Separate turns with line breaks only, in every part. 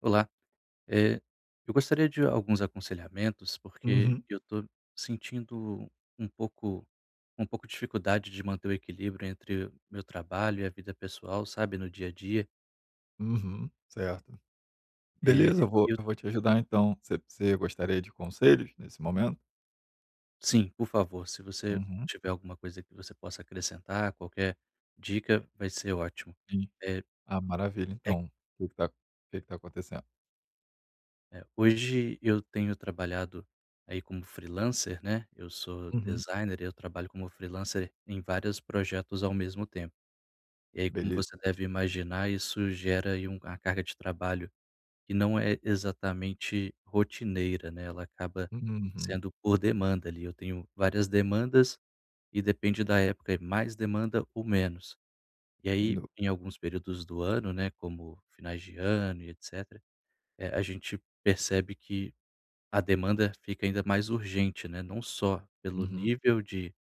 Olá, eh, eu gostaria de alguns aconselhamentos, porque
Uhum,
eu estou sentindo um pouco um pouco de dificuldade de manter o equilíbrio entre o meu trabalho e a vida pessoal, sabe, no dia a dia.
uhum, certo.
Eh,
Beleza, eu vou
eu
eu vou te ajudar então. Você gostaria de conselhos nesse momento?
Sim, por favor, se você
Uhum.
tiver alguma coisa que você possa acrescentar, qualquer dica, vai ser ótimo.
Sim.
Eh,
Ah, maravilha.
é
Então, o que está que tá o que que tá acontecendo?
hoje eu tenho trabalhado aí como freelancer, né. Eu sou
Uhum,
designer e eu trabalho como freelancer em vários projetos ao mesmo tempo. E aí, como você
beleza.
deve imaginar, isso gera aí uma carga de trabalho que não é exatamente rotineira, né, ela acaba
Uhum,
sendo por demanda ali. Eu tenho várias demandas e depende da época, é mais demanda ou menos. E
sem
aí,
dúvida.
em alguns períodos do ano, né, como finais de ano e etcétera, a gente percebe que a demanda fica ainda mais urgente, né, não só pelo
Uhum,
nível de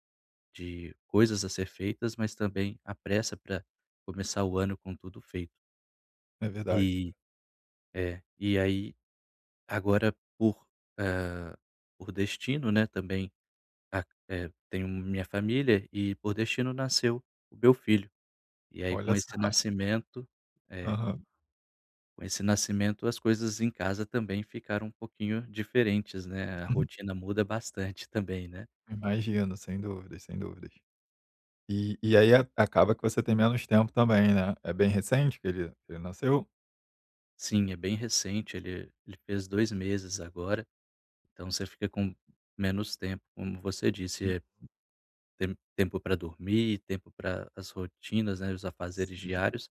de coisas a ser feitas, mas também a pressa para começar o ano com tudo feito.
é verdade.
E e aí agora hã, por destino, né, também tenho minha família, e por destino nasceu o meu filho. E aí
Olha
com
só.
esse nascimento é,
Aham.
Com esse nascimento as coisas em casa também ficaram um pouquinho diferentes, né. A
Uhum,
rotina muda bastante também, né.
Imagino, sem dúvidas, sem dúvidas. E aí a acaba que você tem menos tempo também, né. É bem recente que ele nasceu?
Sim, é bem recente. Ele fez 2 meses agora, então você fica com menos tempo, como você disse. Tem tempo para dormir, tempo para as rotinas, né, os afazeres
Sim,
diários,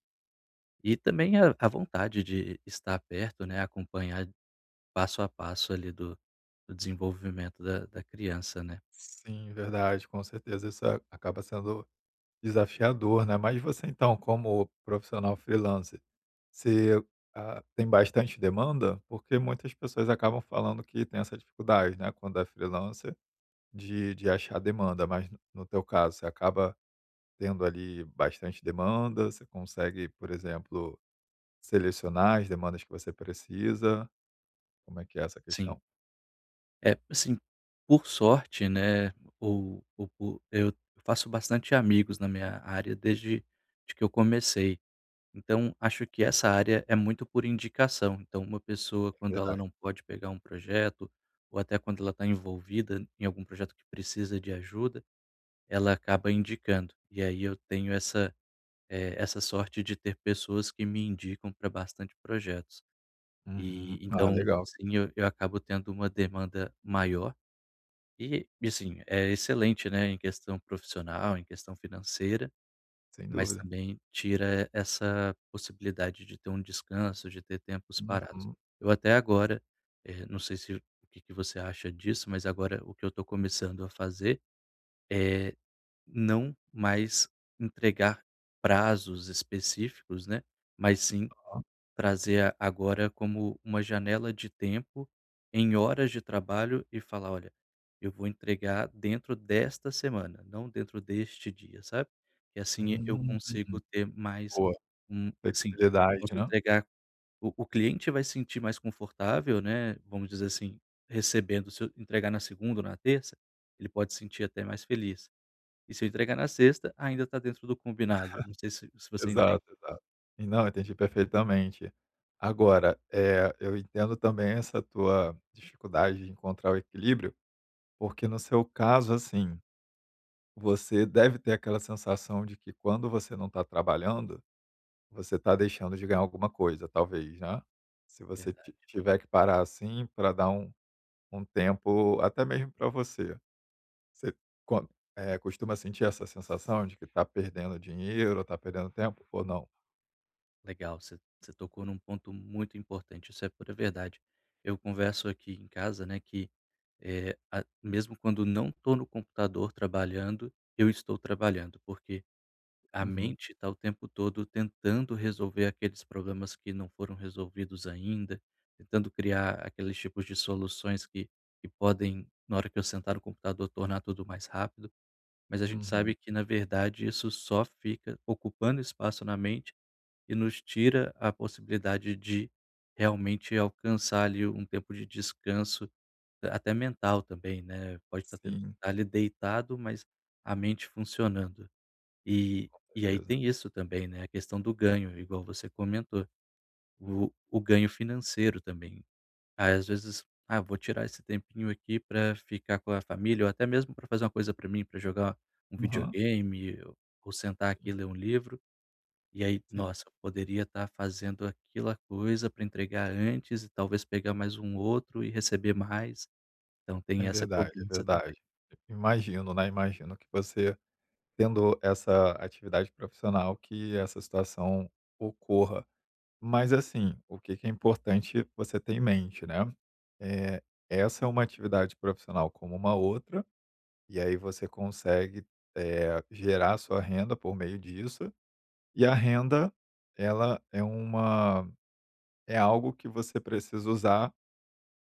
e também a vontade de estar perto, né, acompanhar passo a passo ali do desenvolvimento da criança, né.
sim, verdade, com certeza isso a acaba sendo desafiador, né. Mas você então, como profissional freelancer, você, tem bastante demanda? Porque muitas pessoas acabam falando que tem essa dificuldade, né, quando é freelancer, de achar demanda, mas no teu caso, você acaba tendo ali bastante demanda? Você consegue, por exemplo, selecionar as demandas que você precisa? Como é que é essa
Sim.
questão?
É, assim, por sorte, né, ou por eu faço bastante amigos na minha área desde de que eu comecei. Então, acho que essa área é muito por indicação. Então, uma pessoa,
É
quando ela
verdade.
não pode pegar um projeto, ou até quando ela está envolvida em algum projeto que precisa de ajuda, ela acaba indicando. E aí eu tenho essa, essa sorte de ter pessoas que me indicam para bastante projetos.
Uhum.
E
Ah,
então,
legal,
sim, eu acabo tendo uma demanda maior. E, assim, é excelente, né, em questão profissional, em questão financeira,
sem
mas
dúvida.
também tira essa possibilidade de ter um descanso, de ter tempos parados.
Uhum.
Eu até agora, não sei se o que que você acha disso, mas agora o que eu estou começando a fazer é não mais entregar prazos específicos, né, mas sim
Hã.
trazer a agora como uma janela de tempo em horas de trabalho e falar: "Olha, eu vou entregar dentro desta semana, não dentro deste dia", sabe? E assim eu
Hum.
consigo ter mais.
Boa,
Um assim,
flexibilidade,
posso
né?
entregar O cliente vai se sentir mais confortável, né, vamos dizer assim, recebendo. Se eu entregar na segunda ou na terça, ele pode se sentir até mais feliz. E se eu entregar na sexta, ainda está dentro do combinado. Não sei se você entende,
Exato, exato. E não, entendi perfeitamente. Agora, eu entendo também essa tua dificuldade de encontrar o equilíbrio, porque no seu caso, assim, você deve ter aquela sensação de que quando você não está trabalhando, você está deixando de ganhar alguma coisa, talvez, né? Se
na
você ti
verdade.
tiver que parar, assim, para dar um tempo até mesmo para você. Você quan costuma sentir essa sensação de que está perdendo dinheiro, está perdendo tempo ou não?
Legal, você tocou num ponto muito importante, isso é pura verdade. Eu converso aqui em casa, né, que, eh, a mesmo quando não estou no computador trabalhando, eu estou trabalhando, porque a
Uhum,
mente está o tempo todo tentando resolver aqueles problemas que não foram resolvidos ainda, tentando criar aqueles tipos de soluções que podem, na hora que eu sentar no computador, tornar tudo mais rápido. Mas a gente
uhum.
sabe que, na verdade, isso só fica ocupando espaço na mente e nos tira a possibilidade de realmente alcançar ali um tempo de descanso, até mental também, né. Pode estar ten
Sim,
estar ali deitado, mas a mente funcionando. E aí
certeza.
tem isso também, né, a questão do ganho, igual você comentou, o ganho financeiro também. Aí, às vezes: "Ah, vou tirar esse tempinho aqui para ficar com a família", ou até mesmo para fazer uma coisa para mim, para jogar um
Aham,
videogame ou sentar aqui e
sim,
ler um livro. E aí,
sim.
nossa, eu poderia estar fazendo aquela coisa para entregar antes e talvez pegar mais um outro e receber mais. Então
É
tem essa
verdade, é
cobrança também.
verdade. Imagino, né, imagino que você tendo essa atividade profissional que essa situação ocorra. Mas assim, o que que é importante você ter em mente, né, eh, essa é uma atividade profissional como uma outra, e aí você consegue, gerar sua renda por meio disso, e a renda ela é uma é algo que você precisa usar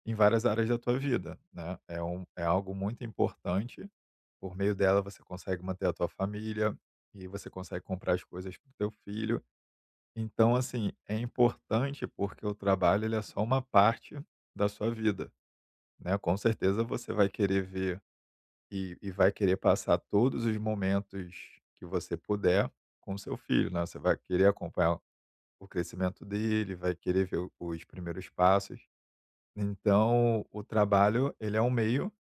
em várias áreas da tua vida, né. É é algo muito importante, por meio dela você consegue manter a tua família, e você consegue comprar as coisas para o teu filho. Então, assim, é importante porque o trabalho ele é só uma parte da sua vida, né. Com certeza você vai querer ver e vai querer passar todos os momentos que você puder com seu filho, né. Você vai querer acompanhar o crescimento dele, vai querer ver o os primeiros passos. Então o trabalho ele é um meio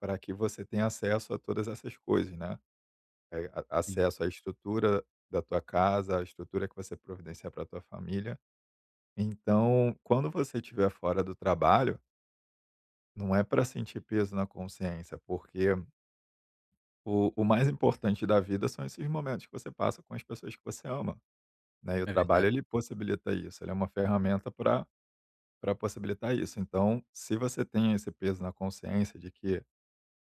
para que você tenha acesso a todas essas coisas, né? É, a-
Sim,
acesso à estrutura da tua casa, à estrutura que você providencia para tua família. Então, quando você estiver fora do trabalho, não é para sentir peso na consciência, porque o mais importante da vida são esses momentos que você passa com as pessoas que você ama, né? E o
é verdade.
trabalho ele possibilita isso, ele é uma ferramenta para para possibilitar isso. Então, se você tem esse peso na consciência de que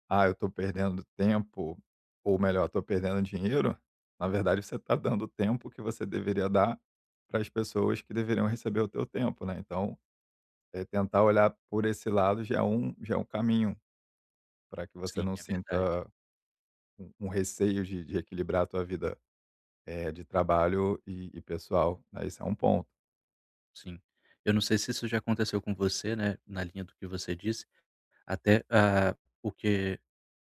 ah, eu estou perdendo tempo, ou melhor, estou perdendo dinheiro, na verdade você está dando o tempo que você deveria dar para as pessoas que deveriam receber o teu tempo, né? Então, é tentar olhar por esse lado já é já é um caminho para que você
Sim,
não
é verdade.
sinta um receio de equilibrar a tua vida é, de trabalho e pessoal. Né? Esse é um ponto.
Sim. Eu não sei se isso já aconteceu com você, né, na linha do que você disse, até, o que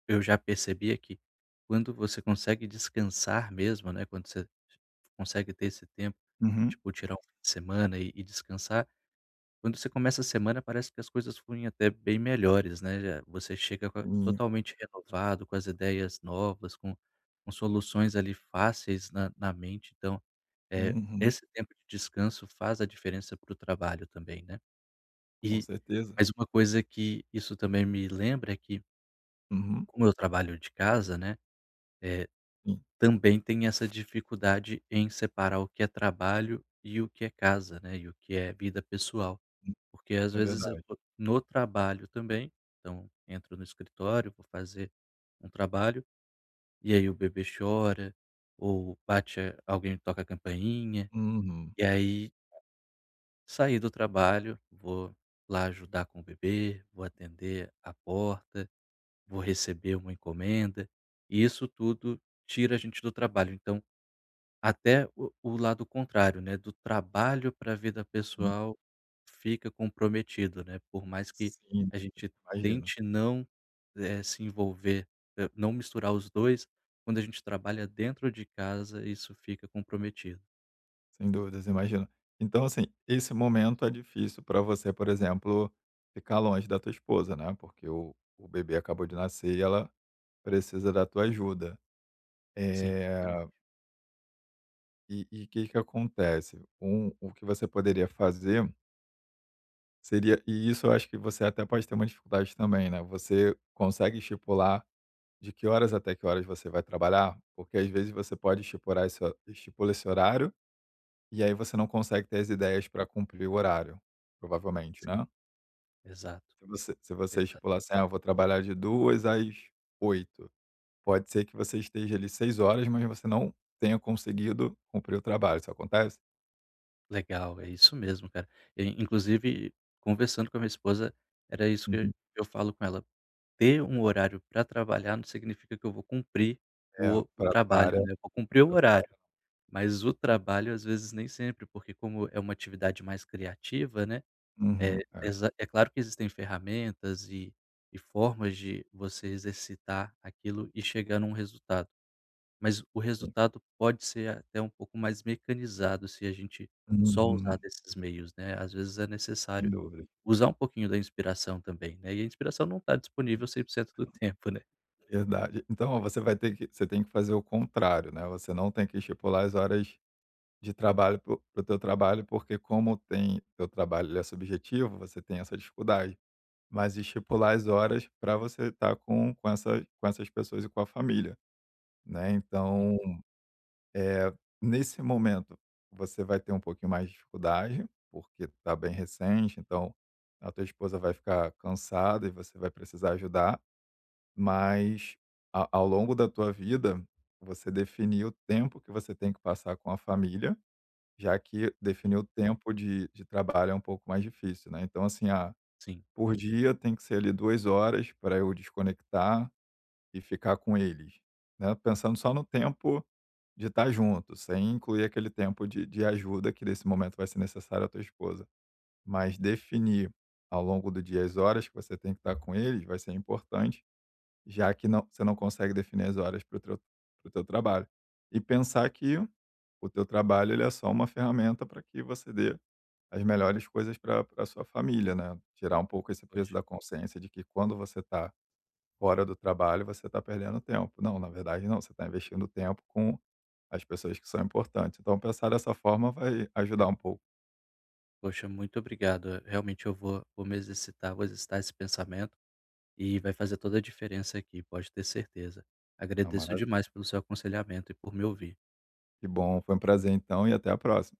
eu já percebi é que quando você consegue descansar mesmo, né, quando você consegue ter esse tempo,
Uhum.
tipo tirar um fim de semana e descansar. Quando você começa a semana, parece que as coisas fluem até bem melhores, né, já você chega com
Sim,
totalmente renovado, com as ideias novas, com soluções ali fáceis na mente. Então, eh,
uhum,
esse tempo de descanso faz a diferença para o trabalho também, né.
com
E
certeza.
mas uma coisa que isso também me lembra é que,
Uhum,
como eu trabalho de casa, né, eh,
sim,
também tem essa dificuldade em separar o que é trabalho e o que é casa, né, e o que é vida pessoal. Porque às
é
vezes eu
verdade.
tô no trabalho também, então entro no escritório, vou fazer um trabalho, e aí o bebê chora, ou bate a alguém toca a campainha,
Uhum,
e aí saí do trabalho, vou lá ajudar com o bebê, vou atender a porta, vou receber uma encomenda, e isso tudo tira a gente do trabalho. Então até o lado contrário, né, do trabalho para a vida pessoal fica comprometido, né, por mais que
sim,
a gente
imagino.
tente não, se envolver, não misturar os dois. Quando a gente trabalha dentro de casa, isso fica comprometido.
Sem dúvidas, imagino. Então, assim, esse momento é difícil para você, por exemplo, ficar longe da tua esposa, né? Porque o bebê acabou de nascer e ela precisa da tua ajuda.
Sim, certamente.
É, e o que acontece? Um, o que você poderia fazer seria, e isso eu acho que você até pode ter uma dificuldade também, né? Você consegue estipular de que horas até que horas você vai trabalhar? Porque às vezes você pode estipular estipula esse horário. E aí você não consegue ter as ideias para cumprir o horário, provavelmente,
Sim,
né.
exato,
Se você estipular assim: "Ah,
exatamente.
eu vou trabalhar de 2 às 8, pode ser que você esteja ali 6 horas, mas você não tenha conseguido cumprir o trabalho." Isso acontece?
Legal, é isso mesmo, cara. E inclusive, conversando com a minha esposa, era isso
Uhum.
que eu falo com ela. Ter um horário para trabalhar não significa que eu vou cumprir o
É,
o
pra tua
trabalho,
área
né. Eu vou cumprir o
pra tua
horário,
área.
mas o trabalho às vezes nem sempre, porque como é uma atividade mais criativa, né, eh,
Uhum. É,
exa é claro que existem ferramentas e formas de você exercitar aquilo e chegar num resultado, mas o
sim.
resultado pode ser até um pouco mais mecanizado se a gente só usar
Uhum.
desses meios, né. Às vezes é
Sem
necessário
dúvidas.
usar um pouquinho da inspiração também, né, e a inspiração não está
Sim,
disponível 100% do tempo, né.
verdade. Então, ó, você tem que fazer o contrário, né, você não tem que estipular as horas de trabalho para o teu trabalho, porque como tem teu trabalho ele é subjetivo, você tem essa dificuldade. Mas estipular as horas para você estar com com essas pessoas e com a família, né.
Sim,
Então, é nesse momento, você vai ter um pouquinho mais de dificuldade, porque está bem recente, então a tua esposa vai ficar cansada e você vai precisar ajudar, mas a ao longo da tua vida, você definir o tempo que você tem que passar com a família já que definir
hum,
o tempo de trabalho é um pouco mais difícil, né. Então assim, ah,
sim.
por dia tem que ser ali 2 horas para eu desconectar e ficar com eles, né, pensando só no tempo de estar junto, sem incluir aquele tempo de ajuda que nesse momento vai ser necessário à tua esposa. Mas definir ao longo do dia as horas que você tem que estar com eles vai ser importante, já que não você não consegue definir as horas para o teu trabalho. E pensar que o teu trabalho ele é só uma ferramenta para que você dê as melhores coisas para pra sua família, né. Tirar um pouco esse peso
Poxa,
da consciência de que quando você está fora do trabalho, você está perdendo tempo. Não, na verdade não, você está investindo tempo com as pessoas que são importantes. Então pensar dessa forma vai ajudar
obrigado.
um pouco.
Poxa, muito obrigado. Realmente eu vou me exercitar, vou exercitar esse pensamento, e vai fazer toda a diferença aqui, pode ter certeza.
Ah,
Agradeço
maravilha.
demais pelo seu aconselhamento e por me ouvir.
Que bom, foi um prazer então e até a próxima.